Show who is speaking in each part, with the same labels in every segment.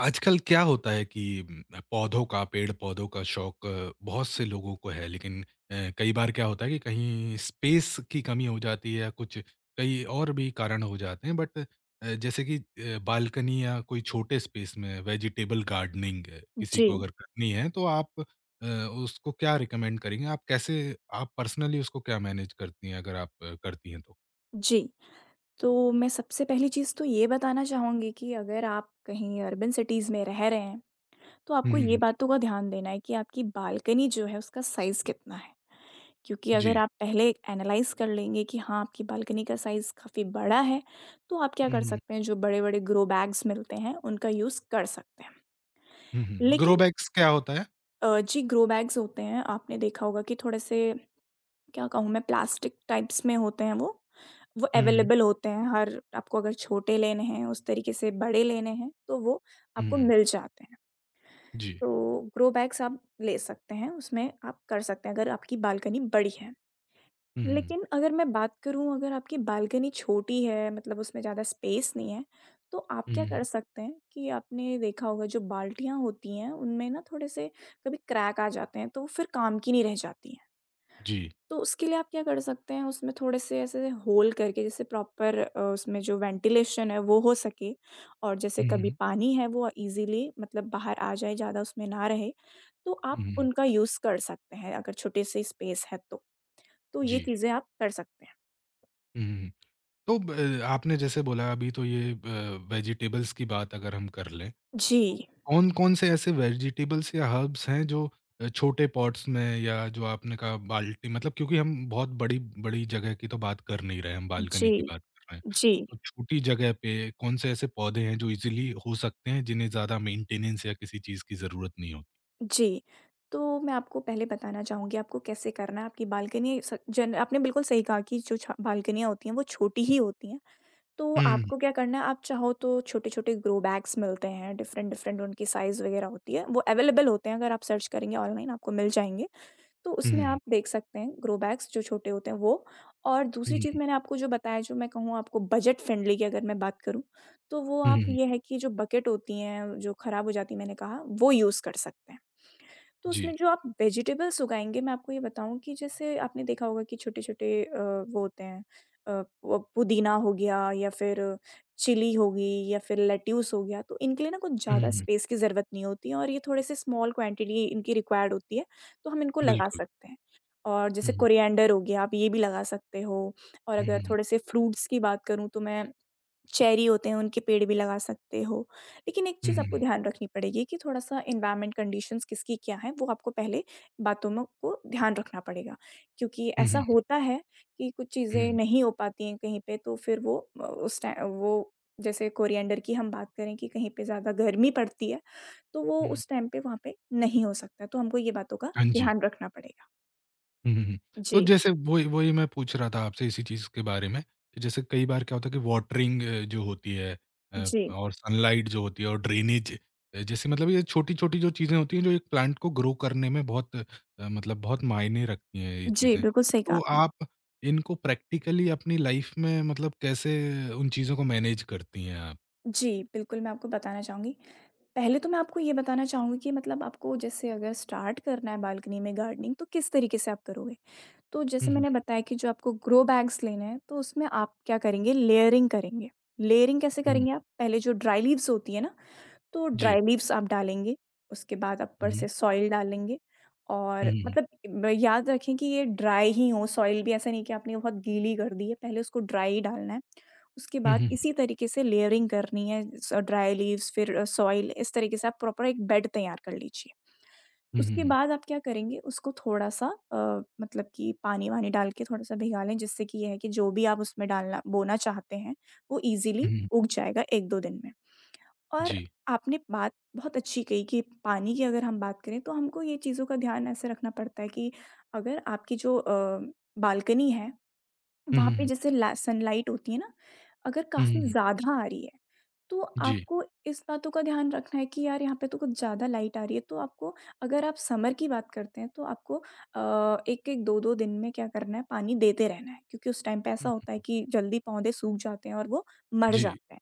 Speaker 1: आजकल क्या होता है कि पौधों का, पेड़-पौधों का शौक बहुत से लोगों को है लेकिन कई बार क्या होता है कि कहीं स्पेस की कमी हो जाती है या कुछ कई और भी कारण हो जाते हैं बट जैसे कि बालकनी या कोई छोटे स्पेस में वेजिटेबल गार्डनिंग किसी
Speaker 2: जी,
Speaker 1: को अगर करनी है तो आप उसको क्या रिकमेंड करेंगे? आप कैसे आप पर्सनली उसको क्या मैनेज करती हैं अगर आप करती हैं तो?
Speaker 2: जी। तो मैं सबसे पहली चीज़ तो ये बताना चाहूँगी कि अगर आप कहीं अर्बन सिटीज़ में रह रहे हैं, तो
Speaker 1: हुँ,
Speaker 2: आपको
Speaker 1: हुँ,
Speaker 2: ये
Speaker 1: हुँ।
Speaker 2: बातों का ध्यान देना है कि आपकी बालकनी जो है उसका साइज़ कितना है। क्योंकि अगर
Speaker 1: जी।
Speaker 2: आप पहले एनालाइज़ कर लेंगे कि हाँ, आपकी बालकनी का साइज़ काफ़ी बड़ा है, तो आप क्या
Speaker 1: हुँ,
Speaker 2: कर
Speaker 1: हुँ,
Speaker 2: सकते हैं, जो बड़े-बड़े ग्रो बैग्स मिलते हैं, उनका यूज़ कर सकते हैं।
Speaker 1: हुँ, हुँ।
Speaker 2: लेकिन
Speaker 1: ग्रो बैग्स क्या होता है?
Speaker 2: जी, ग्रो बैग्स होते हैं, आपने देखा होगा कि थोड़े-से, क्या कहूँ मैं, प्लास्टिक टाइप्स में होते हैं वो। वो
Speaker 1: हुँ, हुँ,
Speaker 2: अवेलेबल होते हैं, हर आपको अगर छोटे लेने हैं उस तरीके से बड़े लेने हैं तो वो
Speaker 1: हुँ,
Speaker 2: आपको
Speaker 1: हुँ।
Speaker 2: मिल जाते हैं।
Speaker 1: जी।
Speaker 2: तो ग्रो बैग्स आप ले सकते हैं, उसमें आप कर सकते हैं अगर आपकी बालकनी बड़ी है।
Speaker 1: हुँ, हुँ,
Speaker 2: लेकिन अगर मैं बात करूँ, अगर आपकी बालकनी छोटी है मतलब उसमें ज़्यादा स्पेस नहीं है, तो आप क्या
Speaker 1: हुँ,
Speaker 2: कर सकते हैं कि आपने देखा होगा, जो बाल्टियाँ होती हैं उनमें ना थोड़े से कभी क्रैक आ जाते हैं, तो वो फिर काम की नहीं रह जाती हैं।
Speaker 1: जी।
Speaker 2: तो उसके लिए आप क्या कर सकते हैं, उसमें थोड़े-से ऐसे होल करके, जैसे प्रॉपर उसमें जो वेंटिलेशन है वो हो सके और जैसे
Speaker 1: हुँ,
Speaker 2: कभी
Speaker 1: हुँ,
Speaker 2: पानी है वो ईज़िली मतलब बाहर आ जाए, ज़्यादा उसमें ना रहे, तो
Speaker 1: हुँ,
Speaker 2: आप
Speaker 1: हुँ,
Speaker 2: उनका यूज़ कर सकते हैं अगर छोटी-सी स्पेस है तो। तो ये
Speaker 1: जी।
Speaker 2: चीज़ें आप कर सकते हैं।
Speaker 1: हुँ, हुँ, हुँ। तो ब आपने जैसे बोला अभी तो ये ब वेजिटेबल्स की बात अगर हम कर लें, तो
Speaker 2: जी,
Speaker 1: कौन-कौन से ऐसे वेजिटेबल्स या हर्ब्स हैं जो छोटे पॉट्स में या जो आपने कहा बाल्टी मतलब क्योंकि हम बहुत बड़ी-बड़ी जगह की तो बात कर नहीं रहे हैं, हम
Speaker 2: जी,
Speaker 1: बालकनी की बात कर रहे हैं।
Speaker 2: जी,
Speaker 1: तो छोटी जगह पे कौन से ऐसे पौधे हैं जो ईज़िली हो सकते हैं, जिन्हें ज़्यादा मेंटेनेंस या किसी चीज़ की ज़रूरत नहीं होती?
Speaker 2: जी। तो मैं आपको पहले बताना चाहूँगी आपको कैसे करना है, आपकी बालकनी स जन आपने बिल्कुल सही कहा कि जो छ बालकनियाँ होती हैं वो छोटी ही होती हैं। तो
Speaker 1: हुँ,
Speaker 2: आपको क्या करना है, आप चाहो तो छोटे-छोटे ग्रो बैग्स मिलते हैं, डिफ़रेंट-डिफ़रेंट उनकी साइज़ वग़ैरह होती है, वो अवेलेबल होते हैं, अगर आप सर्च करेंगे ऑनलाइन आपको मिल जाएँगे। तो
Speaker 1: हुँ,
Speaker 2: उसमें
Speaker 1: हुँ,
Speaker 2: आप देख सकते हैं, ग्रो बैग्स जो छोटे होते हैं वो। और
Speaker 1: हुँ,
Speaker 2: दूसरी
Speaker 1: हुँ,
Speaker 2: चीज़ मैंने आपको जो बताया, जो मैं कहूँ आपको बजट फ्रेंडली की अगर मैं बात करूँ, तो वो
Speaker 1: हुँ,
Speaker 2: आप
Speaker 1: हुँ, हुँ, हुँ,
Speaker 2: ये है कि जो बकेट होती हैं, जो ख़राब हो जाती हैं मैंने कहा, वो यूज़ कर सकते हैं। तो
Speaker 1: जी।
Speaker 2: उसमें जो आप वेजिटेबल्स उगाएँगे, मैं आपको ये बताऊँ कि जैसे आपने देखा होगा कि छोटे-छोटे वो होते हैं, प पुदीना हो गया या फिर चिली होगी या फिर लेट्यूस हो गया, तो इनके लिए ना कुछ
Speaker 1: हुँ, हुँ,
Speaker 2: ज़्यादा
Speaker 1: हुँ,
Speaker 2: स्पेस की ज़रूरत नहीं होती है और ये थोड़े से स्मॉल क्वांटिटी इनकी रिक्वायर्ड होती है, तो हम इनको लगा
Speaker 1: बिल्कुल।
Speaker 2: सकते हैं। और
Speaker 1: हुँ,
Speaker 2: जैसे
Speaker 1: हुँ।
Speaker 2: कोरिएंडर हो गया, आप ये भी लगा सकते हो। और
Speaker 1: हुँ, हुँ,
Speaker 2: अगर
Speaker 1: हुँ।
Speaker 2: थोड़े से फ्रूट्स की बात करूँ, तो मैं, चेरी होते हैं उनके पेड़ भी लगा सकते हो। लेकिन एक
Speaker 1: हुँ,
Speaker 2: चीज़
Speaker 1: हुँ,
Speaker 2: आपको
Speaker 1: हुँ।
Speaker 2: ध्यान रखनी पड़ेगी कि थोड़ा-सा एनवायरनमेंट कंडीशंस किसकी क्या है, वो आपको पहले बातों में को ध्यान रखना पड़ेगा। क्योंकि ऐसा होता है कि कुछ
Speaker 1: हुँ,
Speaker 2: चीज़ें
Speaker 1: हुँ,
Speaker 2: नहीं हो पाती हैं कहीं पे, तो फिर वो उस टाइ वो, जैसे कोरिएंडर की हम बात करें कि कहीं पे ज़्यादा गर्मी पड़ती है, तो वो
Speaker 1: हुँ, हुँ।
Speaker 2: उस टाइम पे वहाँ पे नहीं हो सकता। तो हमको ये बातों का
Speaker 1: हाँ जी।
Speaker 2: ध्यान रखना पड़ेगा।
Speaker 1: हुँ, हुँ, हुँ। तो
Speaker 2: जी,
Speaker 1: जैसे वही वही मैं पूछ रहा था आपसे इसी चीज़ के बारे में कि जैसे कई बार क्या होता है कि वाटरिंग जो होती है
Speaker 2: जी,
Speaker 1: और सनलाइट जो होती है और ड्रेनेज जैसे मतलब ये छोटी-छोटी जो चीज़ें होती हैं जो एक प्लांट को ग्रो करने में बहुत मतलब बहुत मायने रखती हैं ये
Speaker 2: जी,
Speaker 1: चीज़ें।
Speaker 2: बिल्कुल सही कहा
Speaker 1: तो
Speaker 2: आपने।
Speaker 1: आप इनको प्रैक्टिकली अपनी लाइफ़ में मतलब कैसे उन चीज़ों को मैनेज करती हैं आप?
Speaker 2: जी, बिल्कुल, मैं आपको बताना चाहूँगी। पहले तो मैं आपको ये बताना चाहूँगी कि मतलब आपको, जैसे अगर स्टार्ट करना है बालकनी में गार्डनिंग, तो किस तरीके से आप करोगे? तो
Speaker 1: हुँ,
Speaker 2: जैसे
Speaker 1: हुँ,
Speaker 2: मैंने बताया कि जो आपको ग्रो बैग्स लेने हैं, तो उसमें आप क्या करेंगे, लेयरिंग करेंगे। लेयरिंग कैसे
Speaker 1: हुँ, हुँ।
Speaker 2: करेंगे आप? पहले जो ड्राई लीव्स होती है ना, तो
Speaker 1: जी।
Speaker 2: ड्राई लीव्स आप डालेंगे, उसके बाद
Speaker 1: हुँ,
Speaker 2: ऊपर
Speaker 1: हुँ।
Speaker 2: से सॉइल डालेंगे
Speaker 1: हुँ,
Speaker 2: और
Speaker 1: हुँ, हुँ।
Speaker 2: मतलब, ब याद रखें कि ये ड्राई ही हो, सॉइल भी ऐसा नहीं कि आपने बहुत गीली कर दी है, पहले उसको ड्राई ही डालना है। उसके
Speaker 1: हुँ,
Speaker 2: बाद
Speaker 1: हुँ, हुँ।
Speaker 2: इसी तरीके से लेयरिंग करनी है, स ड्राई लीव्स, फिर सॉइल, इस तरीके से आप प्रॉपर एक बेड तैयार कर लीजिए।
Speaker 1: हुँ, हुँ,
Speaker 2: उसके
Speaker 1: हुँ।
Speaker 2: बाद आप क्या करेंगे उसको थोड़ा-सा अ, मतलब कि पानी-वानी डाल के थोड़ा-सा भिगा लें, जिससे कि ये है कि जो भी आप उसमें डालना बोना चाहते हैं, वो
Speaker 1: हुँ,
Speaker 2: ईज़िली
Speaker 1: हुँ।
Speaker 2: उग जाएगा 1-2 दिन में। और
Speaker 1: जी।
Speaker 2: आपने बात बहुत अच्छी कही कि पानी की अगर हम बात करें, तो हमको ये चीज़ों का ध्यान ऐसे रखना पड़ता है कि अगर आपकी जो बालकनी है,
Speaker 1: हुँ,
Speaker 2: वहाँ
Speaker 1: हुँ,
Speaker 2: पे
Speaker 1: हुँ।
Speaker 2: जैसे सनलाइट होती है ना, अगर
Speaker 1: हुँ, हुँ,
Speaker 2: काफ़ी
Speaker 1: हुँ।
Speaker 2: ज़्यादा आ रही है, तो
Speaker 1: जी।
Speaker 2: आपको इस बातों का ध्यान रखना है कि यार यहाँ पे तो कुछ ज़्यादा लाइट आ रही है, तो आपको, अगर आप समर की बात करते हैं, तो आपको एक एक दो दो दिन में क्या करना है, पानी देते रहना है, क्योंकि उस टाइम पे
Speaker 1: हुँ,
Speaker 2: ऐसा होता है
Speaker 1: हुँ।
Speaker 2: कि जल्दी पौधे सूख जाते हैं और वो मर
Speaker 1: जी।
Speaker 2: जाते हैं।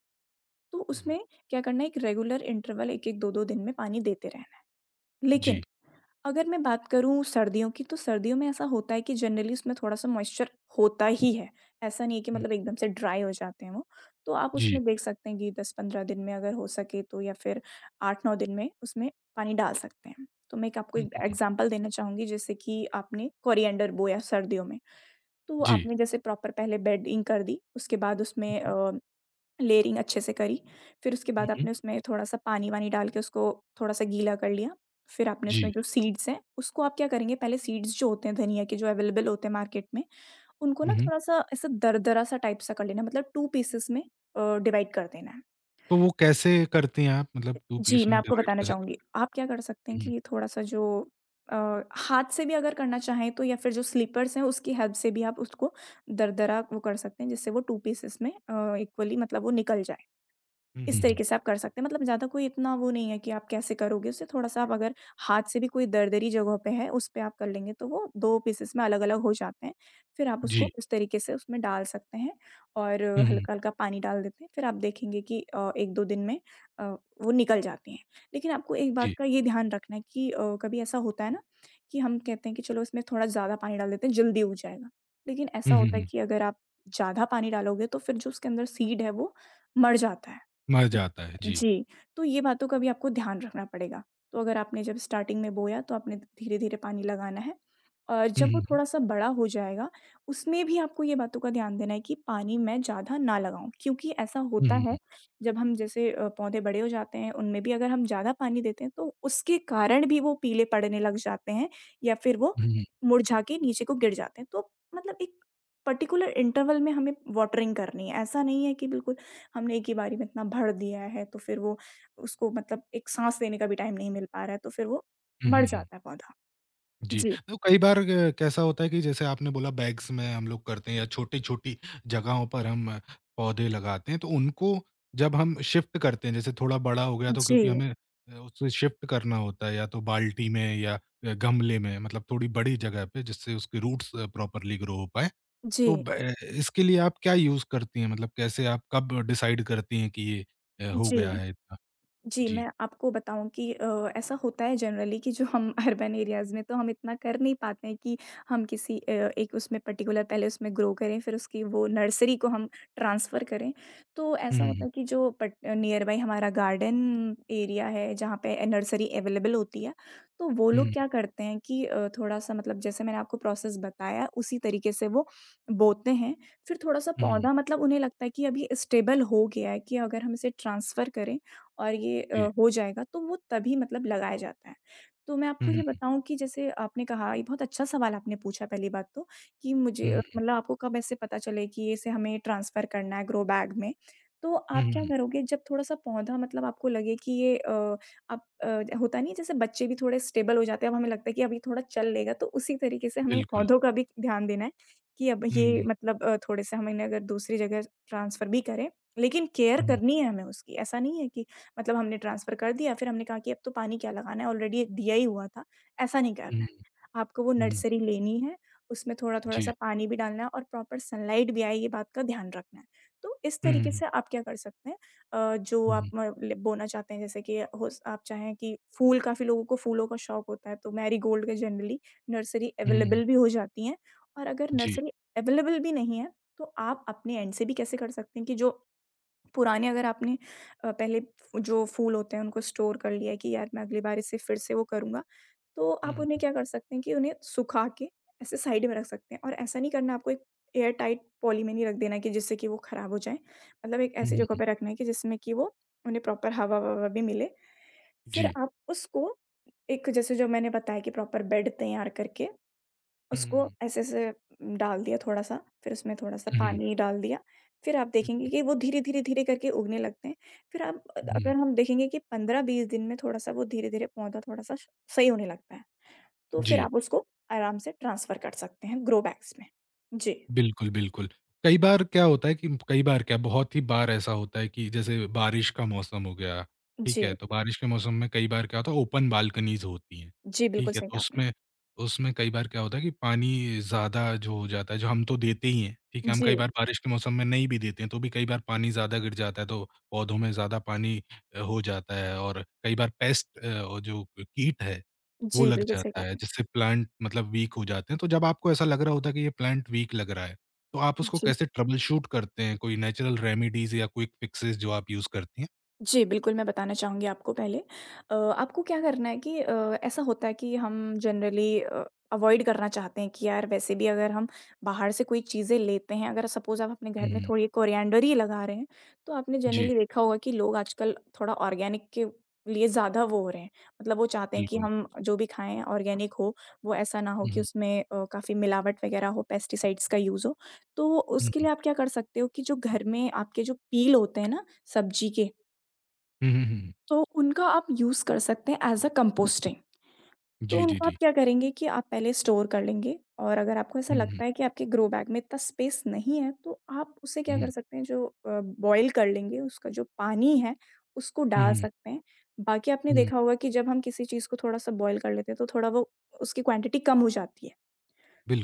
Speaker 2: तो
Speaker 1: हुँ, हुँ।
Speaker 2: उसमें क्या करना है, एक रेगुलर इंटरवल 1-1, 2-2 दिन में पानी देते रहना है। लेकिन
Speaker 1: जी।
Speaker 2: अगर मैं बात करूँ सर्दियों की, तो सर्दियों में ऐसा होता है कि जनरली उसमें थोड़ा-सा मॉइस्चर होता ही है। ऐसा नहीं है कि
Speaker 1: हुँ,
Speaker 2: मतलब एकदम से ड्राई हो जाते हैं वो। तो आप
Speaker 1: जी।
Speaker 2: उसमें देख सकते हैं कि 10-15 दिन में अगर हो सके तो, या फिर 8-9 दिन में उसमें पानी डाल सकते हैं। तो मैं एक आपको
Speaker 1: हुँ,
Speaker 2: एक
Speaker 1: हुँ, हुँ।
Speaker 2: एग्ज़ाम्पल देना चाहूँगी, जैसे कि आपने कोरिएंडर बोया सर्दियों में, तो
Speaker 1: जी।
Speaker 2: आपने जैसे प्रॉपर पहले बेडिंग कर दी, उसके बाद
Speaker 1: हुँ,
Speaker 2: उसमें
Speaker 1: हुँ।
Speaker 2: लेयरिंग अच्छे से करी, फिर उसके
Speaker 1: हुँ,
Speaker 2: बाद
Speaker 1: हुँ।
Speaker 2: आपने उसमें थोड़ा-सा पानी-वानी डाल के उसको थोड़ा-सा गीला कर लिया। फिर आपने
Speaker 1: जी।
Speaker 2: उसमें जो सीड्स हैं, उसको आप क्या करेंगे, पहले सीड्स जो होते हैं धनिया के, जो अवेलेबल होते हैं मार्केट में, उनको
Speaker 1: हुँ,
Speaker 2: ना
Speaker 1: हुँ।
Speaker 2: थोड़ा-सा ऐसा दरदरा-सा टाइप सा कर लेना है, मतलब 2 पीसेस में डिवाइड कर देना है।
Speaker 1: तो वो कैसे करती हैं आप? मतलब 2
Speaker 2: जी,
Speaker 1: पीस
Speaker 2: मैं
Speaker 1: में
Speaker 2: आपको
Speaker 1: डिवाइड
Speaker 2: बताना
Speaker 1: कैसे
Speaker 2: चाहूँगी।
Speaker 1: करती
Speaker 2: आप क्या कर सकते हैं कि
Speaker 1: हैं?
Speaker 2: ये थोड़ा-सा, जो अ, हाथ से भी अगर करना चाहें, तो या फिर जो स्लिपर्स हैं उसकी हेल्प से भी आप उसको दरदरा वो कर सकते हैं, जिससे वो 2 पीसेस में इक्वली मतलब वो निकल जाए।
Speaker 1: हुँ, हुँ,
Speaker 2: इस
Speaker 1: हुँ, हुँ।
Speaker 2: तरीके से आप कर सकते हैं। मतलब ज़्यादा कोई इतना वो नहीं है कि आप कैसे करोगे उसे, थोड़ा-सा आप अगर हाथ से भी कोई दरदरी जगह पे है, उस पे आप कर लेंगे तो वो 2 पीसेस में अलग-अलग हो जाते हैं। फिर आप उसको
Speaker 1: जी।
Speaker 2: उस तरीके से उसमें डाल सकते हैं और
Speaker 1: हुँ, हुँ, हुँ।
Speaker 2: हल्का-हल्का पानी डाल देते हैं। फिर आप देखेंगे कि 1-2 दिन में अ, वो निकल जाती हैं। लेकिन आपको एक बात
Speaker 1: जी।
Speaker 2: का ये ध्यान रखना है कि कभी ऐसा होता है ना कि हम कहते हैं कि चलो इसमें थोड़ा ज़्यादा पानी डाल देते हैं, जल्दी उग जाएगा। लेकिन
Speaker 1: हुँ,
Speaker 2: ऐसा
Speaker 1: हुँ,
Speaker 2: होता है
Speaker 1: हुँ।
Speaker 2: कि अगर आप ज़्यादा पानी डालोगे, तो फिर जो उसके अंदर सीड है वो मर जाता है। इ
Speaker 1: मज़ा आता है। जी।
Speaker 2: जी, तो ये बातों का भी आपको ध्यान रखना पड़ेगा। तो अगर आपने जब स्टार्टिंग में बोया, तो आपने धीरे-धीरे पानी लगाना है और
Speaker 1: हुँ,
Speaker 2: जब
Speaker 1: हुँ,
Speaker 2: वो
Speaker 1: हुँ।
Speaker 2: थोड़ा-सा बड़ा हो जाएगा, उसमें भी आपको ये बातों का ध्यान देना है कि पानी मैं ज़्यादा ना लगाऊँ, क्योंकि ऐसा
Speaker 1: हुँ,
Speaker 2: होता
Speaker 1: हुँ,
Speaker 2: है,
Speaker 1: हुँ।
Speaker 2: जब हम जैसे पौधे बड़े हो जाते हैं, उनमें भी अगर हम ज़्यादा पानी देते हैं, तो उसके कारण भी वो पीले पड़ने लग जाते हैं या फिर वो
Speaker 1: हुँ, हुँ।
Speaker 2: मुरझा के नीचे को गिर जाते हैं। तो मतलब एक पर्टिकुलर इंटरवल में हमें वाटरिंग करनी है, ऐसा नहीं है कि बिल्कुल हमने एक ही बारी में इतना भर दिया है, तो फिर वो उसको, मतलब एक साँस लेने का भी टाइम नहीं मिल पा रहा है, तो फिर वो
Speaker 1: हुँ,
Speaker 2: मर
Speaker 1: हुँ, हुँ।
Speaker 2: जाता है पौधा।
Speaker 1: जी,
Speaker 2: जी।
Speaker 1: तो कई बार अ, कैसा होता है कि जैसे आपने बोला बैग्स में हम लोग करते हैं या छोटी-छोटी जगहों पर हम अ, पौधे लगाते हैं, तो उनको जब हम शिफ्ट करते हैं, जैसे थोड़ा बड़ा हो गया तो
Speaker 2: जी।
Speaker 1: क्योंकि हमें अ, उससे शिफ्ट करना होता है या तो बाल्टी में या अ, गमले में मतलब थोड़ी बड़ी जगह पे जिससे उसके रूट्स अ, प्रॉपरली ग्रो हो पाएँ।
Speaker 2: जी।
Speaker 1: तो ब अ, इसके लिए आप क्या यूज़ करती हैं? मतलब कैसे आप कब डिसाइड करती हैं कि ये अ, हो गया
Speaker 2: जी।
Speaker 1: है इतना?
Speaker 2: जी,
Speaker 1: जी।
Speaker 2: मैं आपको बताऊँ कि ऐसा होता है जनरली, कि जो हम अर्बन एरियाज़ में तो हम इतना कर नहीं पाते हैं कि हम किसी एक उसमें पर्टिकुलर पहले उसमें ग्रो करें, फिर उसकी वो नर्सरी को हम ट्रांसफ़र करें। तो
Speaker 1: हुँ,
Speaker 2: ऐसा होता
Speaker 1: हुँ,
Speaker 2: है कि जो पट नियर बाय हमारा गार्डन एरिया है, जहाँ पे नर्सरी अवेलेबल होती है, तो वो लोग
Speaker 1: हुँ।
Speaker 2: क्या करते हैं कि थोड़ा-सा मतलब, जैसे मैंने आपको प्रोसेस बताया, उसी तरीके से वो बोते हैं। फिर थोड़ा-सा
Speaker 1: हुँ, हुँ, हुँ, हुँ।
Speaker 2: पौधा, मतलब उन्हें लगता है कि अभी स्टेबल हो गया है, कि अगर हम इसे ट्रांसफ़र करें और ये
Speaker 1: जी।
Speaker 2: हो जाएगा, तो वो तभी मतलब लगाया जाता है। तो मैं
Speaker 1: हुँ,
Speaker 2: आपको
Speaker 1: हुँ,
Speaker 2: ये बताऊँ कि, जैसे आपने कहा, ये बहुत अच्छा सवाल आपने पूछा, पहली बात तो कि
Speaker 1: हुँ,
Speaker 2: मुझे
Speaker 1: हुँ,
Speaker 2: मतलब आपको कब ऐसे पता चले कि इसे हमें ट्रांसफ़र करना है ग्रो बैग में। तो
Speaker 1: हुँ,
Speaker 2: आप
Speaker 1: हुँ,
Speaker 2: क्या
Speaker 1: हुँ।
Speaker 2: करोगे, जब थोड़ा-सा पौधा, मतलब आपको लगे कि ये आप होता नहीं है, जैसे बच्चे भी थोड़े स्टेबल हो जाते हैं, अब हमें लगता है कि अभी थोड़ा चल लेगा, तो उसी तरीके से हमें
Speaker 1: बिल्कुल।
Speaker 2: पौधों का भी ध्यान देना है कि अब
Speaker 1: हुँ,
Speaker 2: ये
Speaker 1: हुँ।
Speaker 2: मतलब थोड़े-से हम इन्हें अगर दूसरी जगह ट्रांसफ़र भी करें, लेकिन केयर
Speaker 1: हुँ,
Speaker 2: करनी है हमें उसकी। ऐसा नहीं है कि मतलब हमने ट्रांसफ़र कर दिया, फिर हमने कहा कि अब तो पानी क्या लगाना है, ऑलरेडी दिया ही हुआ था, ऐसा नहीं
Speaker 1: हुँ,
Speaker 2: करना है। आपको वो
Speaker 1: हुँ,
Speaker 2: नर्सरी लेनी है, उसमें थोड़ा-थोड़ा
Speaker 1: जी।
Speaker 2: सा पानी भी डालना है और प्रॉपर सनलाइट भी आए, ये बात का ध्यान रखना है। तो इस
Speaker 1: हुँ,
Speaker 2: तरीके
Speaker 1: हुँ,
Speaker 2: से आप क्या कर सकते हैं जो आप
Speaker 1: हुँ,
Speaker 2: म ल बोना चाहते हैं, जैसे कि हो स आप चाहें कि फूल, काफ़ी लोगों को फूलों का शौक होता है, तो मैरीगोल्ड के जनरली नर्सरी
Speaker 1: हुँ, हुँ,
Speaker 2: अवेलेबल भी हो जाती हैं। और अगर
Speaker 1: जी।
Speaker 2: नर्सरी अवेलेबल भी नहीं है, तो आप अपने एंड से भी कैसे कर सकते हैं कि जो पुराने, अगर आपने पहले जो फूल होते हैं उनको स्टोर कर लिया है कि यार मैं अगली बार इससे फिर से वो करूँगा, तो
Speaker 1: हुँ,
Speaker 2: आप उन्हें
Speaker 1: हुँ,
Speaker 2: क्या कर सकते हैं कि उन्हें सुखा के ऐसे साइड में रख सकते हैं। और ऐसा नहीं करना आपको, एक एयर टाइट पॉली में नहीं रख देना है कि जिससे कि वो खराब हो जाएँ। मतलब एक
Speaker 1: हुँ,
Speaker 2: ऐसी जगह
Speaker 1: हुँ,
Speaker 2: पे रखना है कि जिसमें कि वो, उन्हें प्रॉपर हवा-ववा भी मिले। फिर
Speaker 1: जी।
Speaker 2: आप उसको एक, जैसे जो मैंने बताया कि प्रॉपर बेड तैयार करके उसको
Speaker 1: हुँ,
Speaker 2: ऐसे-ऐसे डाल दिया थोड़ा-सा, फिर उसमें थोड़ा-सा
Speaker 1: हुँ, हुँ,
Speaker 2: पानी डाल दिया, फिर आप देखेंगे कि वो धीरे-धीरे, धीरे धीरे करके उगने लगते हैं। फिर आप,
Speaker 1: हुँ, हुँ,
Speaker 2: अगर हम देखेंगे कि 15-20 दिन में थोड़ा-सा वो धीरे-धीरे पौधा थोड़ा-सा श सही होने लगता है, तो फिर
Speaker 1: जी।
Speaker 2: आप उसको आराम से ट्रांसफ़र कर सकते हैं ग्रो बैग्स में। जी,
Speaker 1: बिल्कुल, बिल्कुल। कई बार क्या होता है कि कई बार क्या बहुत ही बार ऐसा होता है कि जैसे बारिश का मौसम हो गया, ठीक है?
Speaker 2: जी,
Speaker 1: तो बारिश के मौसम में कई बार क्या होता है ओपन बालकनीज़ होती हैं,
Speaker 2: जी, बिल्कुल
Speaker 1: ठीक है?
Speaker 2: सही
Speaker 1: तो
Speaker 2: कहा आपने।
Speaker 1: उसमें उसमें कई बार क्या होता है कि पानी ज़्यादा जो हो जाता है, जो हम तो देते ही हैं, ठीक है? हम कई
Speaker 2: जी,
Speaker 1: बार बारिश के मौसम में नहीं भी देते हैं, तो भी कई बार पानी ज़्यादा गिर जाता है, तो पौधों में ज़्यादा पानी हो जाता है और कई बार पेस्ट जो कीट है वो
Speaker 2: जी,
Speaker 1: लग
Speaker 2: बिल्कुल सही
Speaker 1: जाता
Speaker 2: कहा
Speaker 1: है,
Speaker 2: आपने।
Speaker 1: जिससे प्लांट मतलब वीक हो जाते हैं, तो जब आपको ऐसा लग रहा होता है कि ये प्लांट वीक लग रहा है, तो आप उसको
Speaker 2: जी।
Speaker 1: कैसे ट्रबल शूट करते हैं? कोई नेचुरल रेमेडीज़ या क्विक फिक्सेस जो आप यूज़ करती हैं?
Speaker 2: जी, बिल्कुल, मैं बताना चाहूँगी आपको पहले। आपको क्या करना है कि, ऐसा होता है कि हम जनरली अवॉइड करना चाहते हैं कि यार वैसे भी अगर हम बाहर से कोई चीज़ें लेते हैं, अगर सपोज़ आप अपने घर
Speaker 1: हुँ,
Speaker 2: में
Speaker 1: हुँ।
Speaker 2: थोड़ी कोरिएंडर ही लगा रहे हैं, तो आपने
Speaker 1: जी,
Speaker 2: जनरली देखा होगा कि लोग आजकल थोड़ा ऑर्गेनिक के लिए ज़्यादा वो हो रहे हैं। मतलब वो चाहते हैं कि
Speaker 1: बिल्कुल।
Speaker 2: हम जो भी खाएँ ऑर्गेनिक हो, वो ऐसा ना हो
Speaker 1: हुँ,
Speaker 2: कि
Speaker 1: हुँ।
Speaker 2: उसमें काफ़ी मिलावट वगैरह हो, पेस्टिसाइड्स का यूज़ हो। तो
Speaker 1: हुँ,
Speaker 2: उसके
Speaker 1: हुँ।
Speaker 2: लिए आप क्या कर सकते हो कि जो घर में आपके जो पील होते हैं ना सब्ज़ी के,
Speaker 1: हुँ, हुँ, हुँ।
Speaker 2: तो उनका आप यूज़ कर सकते हैं एज़ अ कंपोस्टिंग। तो
Speaker 1: जी, जी,
Speaker 2: उनको आप
Speaker 1: जी।
Speaker 2: क्या करेंगे कि आप पहले स्टोर कर लेंगे और अगर आपको ऐसा
Speaker 1: हुँ, हुँ।
Speaker 2: लगता है कि आपके ग्रो बैग में इतना स्पेस नहीं है, तो आप उसे क्या
Speaker 1: हुँ,
Speaker 2: कर सकते हैं जो बॉयल कर लेंगे, उसका जो पानी है उसको
Speaker 1: हुँ,
Speaker 2: डाल
Speaker 1: हुँ,
Speaker 2: सकते हैं। बाकी आपने
Speaker 1: हुँ।
Speaker 2: देखा होगा कि जब हम किसी चीज़ को थोड़ा-सा बॉयल कर लेते हैं, तो थोड़ा वो उसकी क्वांटिटी कम हो जाती है।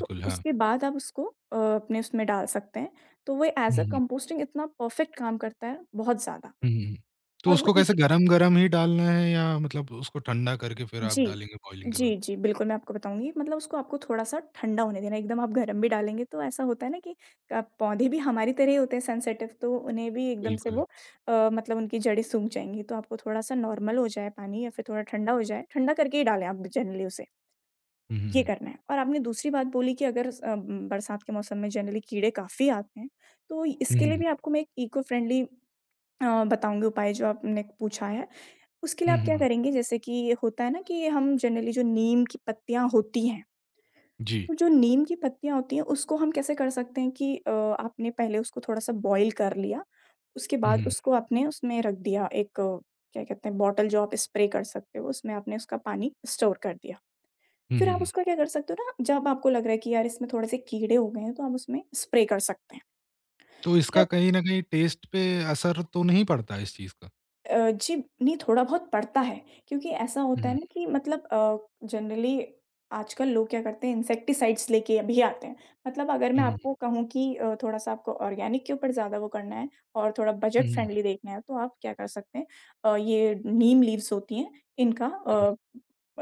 Speaker 2: तो
Speaker 1: हाँ।
Speaker 2: उसके बाद आप उसको अपने उसमें डाल सकते हैं। तो वो
Speaker 1: हुँ,
Speaker 2: एज़ अ
Speaker 1: हुँ।
Speaker 2: कंपोस्टिंग इतना परफेक्ट काम करता है, बहुत ज़्यादा।
Speaker 1: हुँ, हुँ, हुँ। तो
Speaker 2: और वो
Speaker 1: उसको कैसे
Speaker 2: एक,
Speaker 1: गरम-गरम ही डालना है या मतलब उसको ठंडा करके फिर आप
Speaker 2: जी।
Speaker 1: डालेंगे बॉयलिंग के
Speaker 2: जी,
Speaker 1: बाद?
Speaker 2: जी, बिल्कुल, मैं आपको बताऊँगी, मतलब उसको आपको थोड़ा-सा ठंडा होने देना है, एकदम आप गरम भी डालेंगे तो ऐसा होता है ना कि पौधे भी हमारी तरह ही होते हैं सेंसिटिव, तो उन्हें भी एकदम से
Speaker 1: बिल्कुल।
Speaker 2: वो, मतलब उनकी जड़ें सूख जाएँगी, तो आपको थोड़ा-सा नॉर्मल हो जाए पानी या फिर थोड़ा ठंडा हो जाए, ठंडा करके ही डालें आप जनरली उसे,
Speaker 1: हुँ, हुँ,
Speaker 2: ये
Speaker 1: हुँ।
Speaker 2: करना है। और आपने दूसरी बात बोली कि अगर बरसात के मौसम में जनरली कीड़े काफ़ी आते हैं, तो
Speaker 1: हुँ,
Speaker 2: इसके
Speaker 1: हुँ,
Speaker 2: लिए
Speaker 1: हुँ।
Speaker 2: भी आपको मैं एक इको फ्रेंडली बताऊँगी उपाय जो आपने पूछा है। उसके लिए
Speaker 1: हुँ,
Speaker 2: आप
Speaker 1: हुँ,
Speaker 2: क्या
Speaker 1: हुँ।
Speaker 2: करेंगे, जैसे कि होता है ना कि हम जनरली जो नीम की पत्तियाँ होती हैं,
Speaker 1: जी।
Speaker 2: तो जो नीम की पत्तियाँ होती हैं उसको हम कैसे कर सकते हैं कि आपने पहले उसको थोड़ा-सा बॉयल कर लिया, उसके
Speaker 1: हुँ,
Speaker 2: बाद
Speaker 1: हुँ, हुँ।
Speaker 2: उसको आपने उसमें रख दिया एक, क्या कहते हैं बॉटल जो आप स्प्रे कर सकते हो, उसमें आपने उसका पानी स्टोर कर दिया।
Speaker 1: हुँ,
Speaker 2: फिर
Speaker 1: हुँ,
Speaker 2: आप
Speaker 1: हुँ।
Speaker 2: उसका क्या कर सकते हो ना, जब आपको लग रहा है कि यार इसमें थोड़े-से कीड़े हो गए हैं तो आप उसमें स्प्रे कर सकते हैं।
Speaker 1: तो इसका
Speaker 2: जब
Speaker 1: कहीं न कहीं टेस्ट पे असर तो नहीं पड़ता इस चीज़ का?
Speaker 2: जी, नहीं, थोड़ा बहुत पड़ता है, क्योंकि ऐसा होता
Speaker 1: हुँ,
Speaker 2: है ना कि मतलब जनरली आजकल लोग क्या करते हैं, इंसेक्टिसाइड्स लेके भी आते हैं। मतलब अगर मैं
Speaker 1: हुँ,
Speaker 2: आपको कहूँ कि थोड़ा-सा आपको ऑर्गेनिक के ऊपर ज़्यादा वो करना है और थोड़ा बजट
Speaker 1: हुँ,
Speaker 2: फ्रेंडली देखना है, तो आप क्या कर सकते हैं, ये नीम लीव्स होती हैं, इनका
Speaker 1: हुँ,
Speaker 2: अ,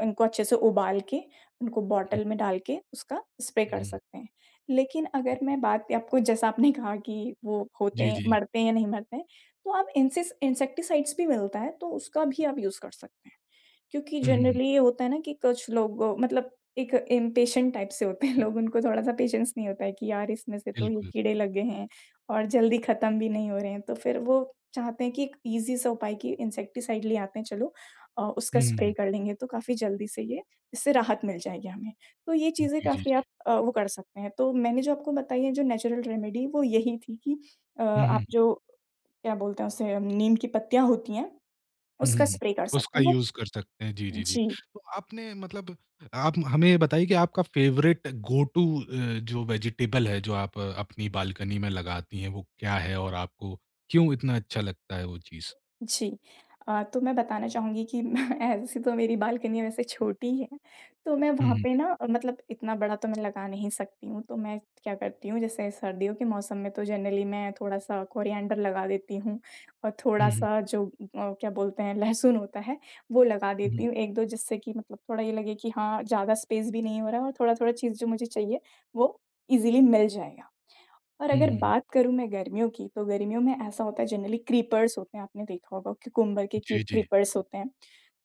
Speaker 2: इनको अच्छे से उबाल के, उनको बॉटल में डाल के उसका स्प्रे कर
Speaker 1: हुँ,
Speaker 2: सकते हैं। लेकिन
Speaker 1: हुँ,
Speaker 2: अगर मैं बात आपको, जैसा आपने कहा कि वो होते
Speaker 1: जी,
Speaker 2: हैं,
Speaker 1: जी।
Speaker 2: मरते हैं या नहीं मरते हैं, तो आप इंसिस इंसेक्टिसाइड्स भी मिलता है, तो उसका भी आप यूज़ कर सकते हैं। क्योंकि
Speaker 1: हुँ, हुँ, हुँ,
Speaker 2: जनरली ये होता है ना कि कुछ लोग मतलब एक इम्पेशेंट टाइप से होते हैं लोग, उनको थोड़ा-सा पेशेंस नहीं होता है कि यार इसमें से तो ये
Speaker 1: बिल्कुल।
Speaker 2: कीड़े लग गए हैं और जल्दी ख़त्म भी नहीं हो रहे हैं। तो फिर वो चाहते हैं कि एक ईज़ी सा उपाय कि इंसेक्टिसाइड ले आते हैं, चलो उसका
Speaker 1: हुँ,
Speaker 2: स्प्रे
Speaker 1: हुँ,
Speaker 2: कर लेंगे तो काफ़ी जल्दी से ये, इससे राहत मिल जाएगी हमें। तो ये
Speaker 1: हुँ,
Speaker 2: चीज़ें
Speaker 1: जी, जी,
Speaker 2: काफ़ी
Speaker 1: जी।
Speaker 2: आप वो कर सकते हैं। तो मैंने जो आपको बताई है जो नेचुरल रेमेडी, वो यही थी कि
Speaker 1: हुँ, हुँ,
Speaker 2: आप जो क्या बोलते हैं उसे, नीम की पत्तियाँ होती हैं,
Speaker 1: हुँ,
Speaker 2: उसका
Speaker 1: हुँ, हुँ।
Speaker 2: स्प्रे कर सकते
Speaker 1: उसका
Speaker 2: हैं वो,
Speaker 1: यूज़ कर सकते हैं। जी, जी, जी।
Speaker 2: जी,
Speaker 1: तो आपने मतलब आप हमें ये बताइए कि आपका फ़ेवरेट गो टू जो वेजिटेबल है, जो आप अपनी बालकनी में लगाती हैं, वो क्या है और आपको क्यों इतना अच्छा लगता है वो चीज़?
Speaker 2: जी। तो मैं बताना चाहूँगी कि ऐसी तो मेरी बालकनी वैसे छोटी ही है, तो मैं
Speaker 1: हुँ,
Speaker 2: वहाँ पे
Speaker 1: हुँ,
Speaker 2: ना, मतलब इतना बड़ा तो मैं लगा नहीं सकती हूँ, तो मैं क्या करती हूँ, जैसे सर्दियों के मौसम में तो जनरली मैं थोड़ा-सा कोरिएंडर लगा देती हूँ और
Speaker 1: हुँ, हुँ,
Speaker 2: थोड़ा-सा जो क्या बोलते हैं लहसुन होता है, वो लगा देती
Speaker 1: हुँ,
Speaker 2: हूँ 1-2, जिससे कि मतलब थोड़ा ये लगे कि हाँ, ज़्यादा स्पेस भी नहीं हो रहा है और थोड़ा-थोड़ा चीज़ जो मुझे चाहिए वो ईज़िली मिल जाएगा। और
Speaker 1: हुँ,
Speaker 2: अगर
Speaker 1: हुँ, हुँ।
Speaker 2: बात करूँ मैं गर्मियों की, तो गर्मियों में ऐसा होता है जनरली क्रीपर्स होते हैं, आपने देखा होगा क्युकम्बर के की
Speaker 1: जी, जी।
Speaker 2: क्रीपर्स होते हैं।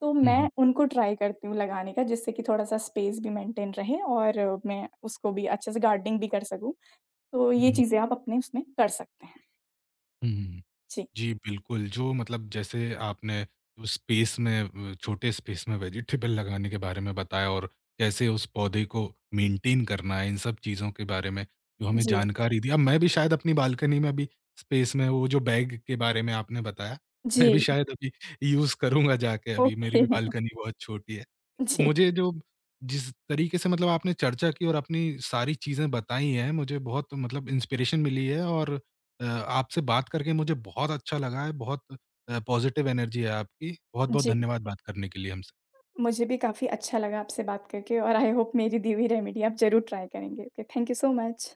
Speaker 2: तो
Speaker 1: हुँ,
Speaker 2: मैं
Speaker 1: हुँ,
Speaker 2: उनको ट्राई करती हूँ लगाने का जिससे कि थोड़ा-सा स्पेस भी मेंटेन रहे और मैं उसको भी अच्छे से गार्डनिंग भी कर सकूँ। तो
Speaker 1: हुँ,
Speaker 2: ये
Speaker 1: हुँ,
Speaker 2: चीज़ें आप अपने उसमें कर सकते हैं।
Speaker 1: हुँ, हुँ।
Speaker 2: जी,
Speaker 1: जी, बिल्कुल, जो मतलब जैसे आपने जो स्पेस में छोटे स्पेस में वेजिटेबल लगाने के बारे में बताया और कैसे उस पौधे को मेंटेन करना है, इन सब चीज़ों के बारे में जो हमें
Speaker 2: जी,
Speaker 1: जानकारी दी। अब मैं भी शायद अपनी बालकनी में अभी स्पेस में वो जो बैग के बारे में आपने बताया, मैं भी
Speaker 2: जी,
Speaker 1: शायद अभी यूज़ करूँगा जाके अभी, मेरी
Speaker 2: ओके,
Speaker 1: भी बालकनी बहुत छोटी है। तो
Speaker 2: जी,
Speaker 1: मुझे जो जिस तरीके से मतलब आपने चर्चा की और अपनी सारी चीज़ें बताई हैं, मुझे बहुत मतलब इंस्पिरेशन मिली है और आपसे बात करके मुझे बहुत अच्छा लगा है, बहुत पॉज़िटिव एनर्जी है आपकी। बहुत-बहुत
Speaker 2: जी।
Speaker 1: धन्यवाद बात करने के लिए हमसे।
Speaker 2: मुझे भी काफ़ी अच्छा लगा आपसे बात करके और आई होप मेरी दी हुई रेमेडी आप ज़रूर ट्राई करेंगे। Okay, thank you so much.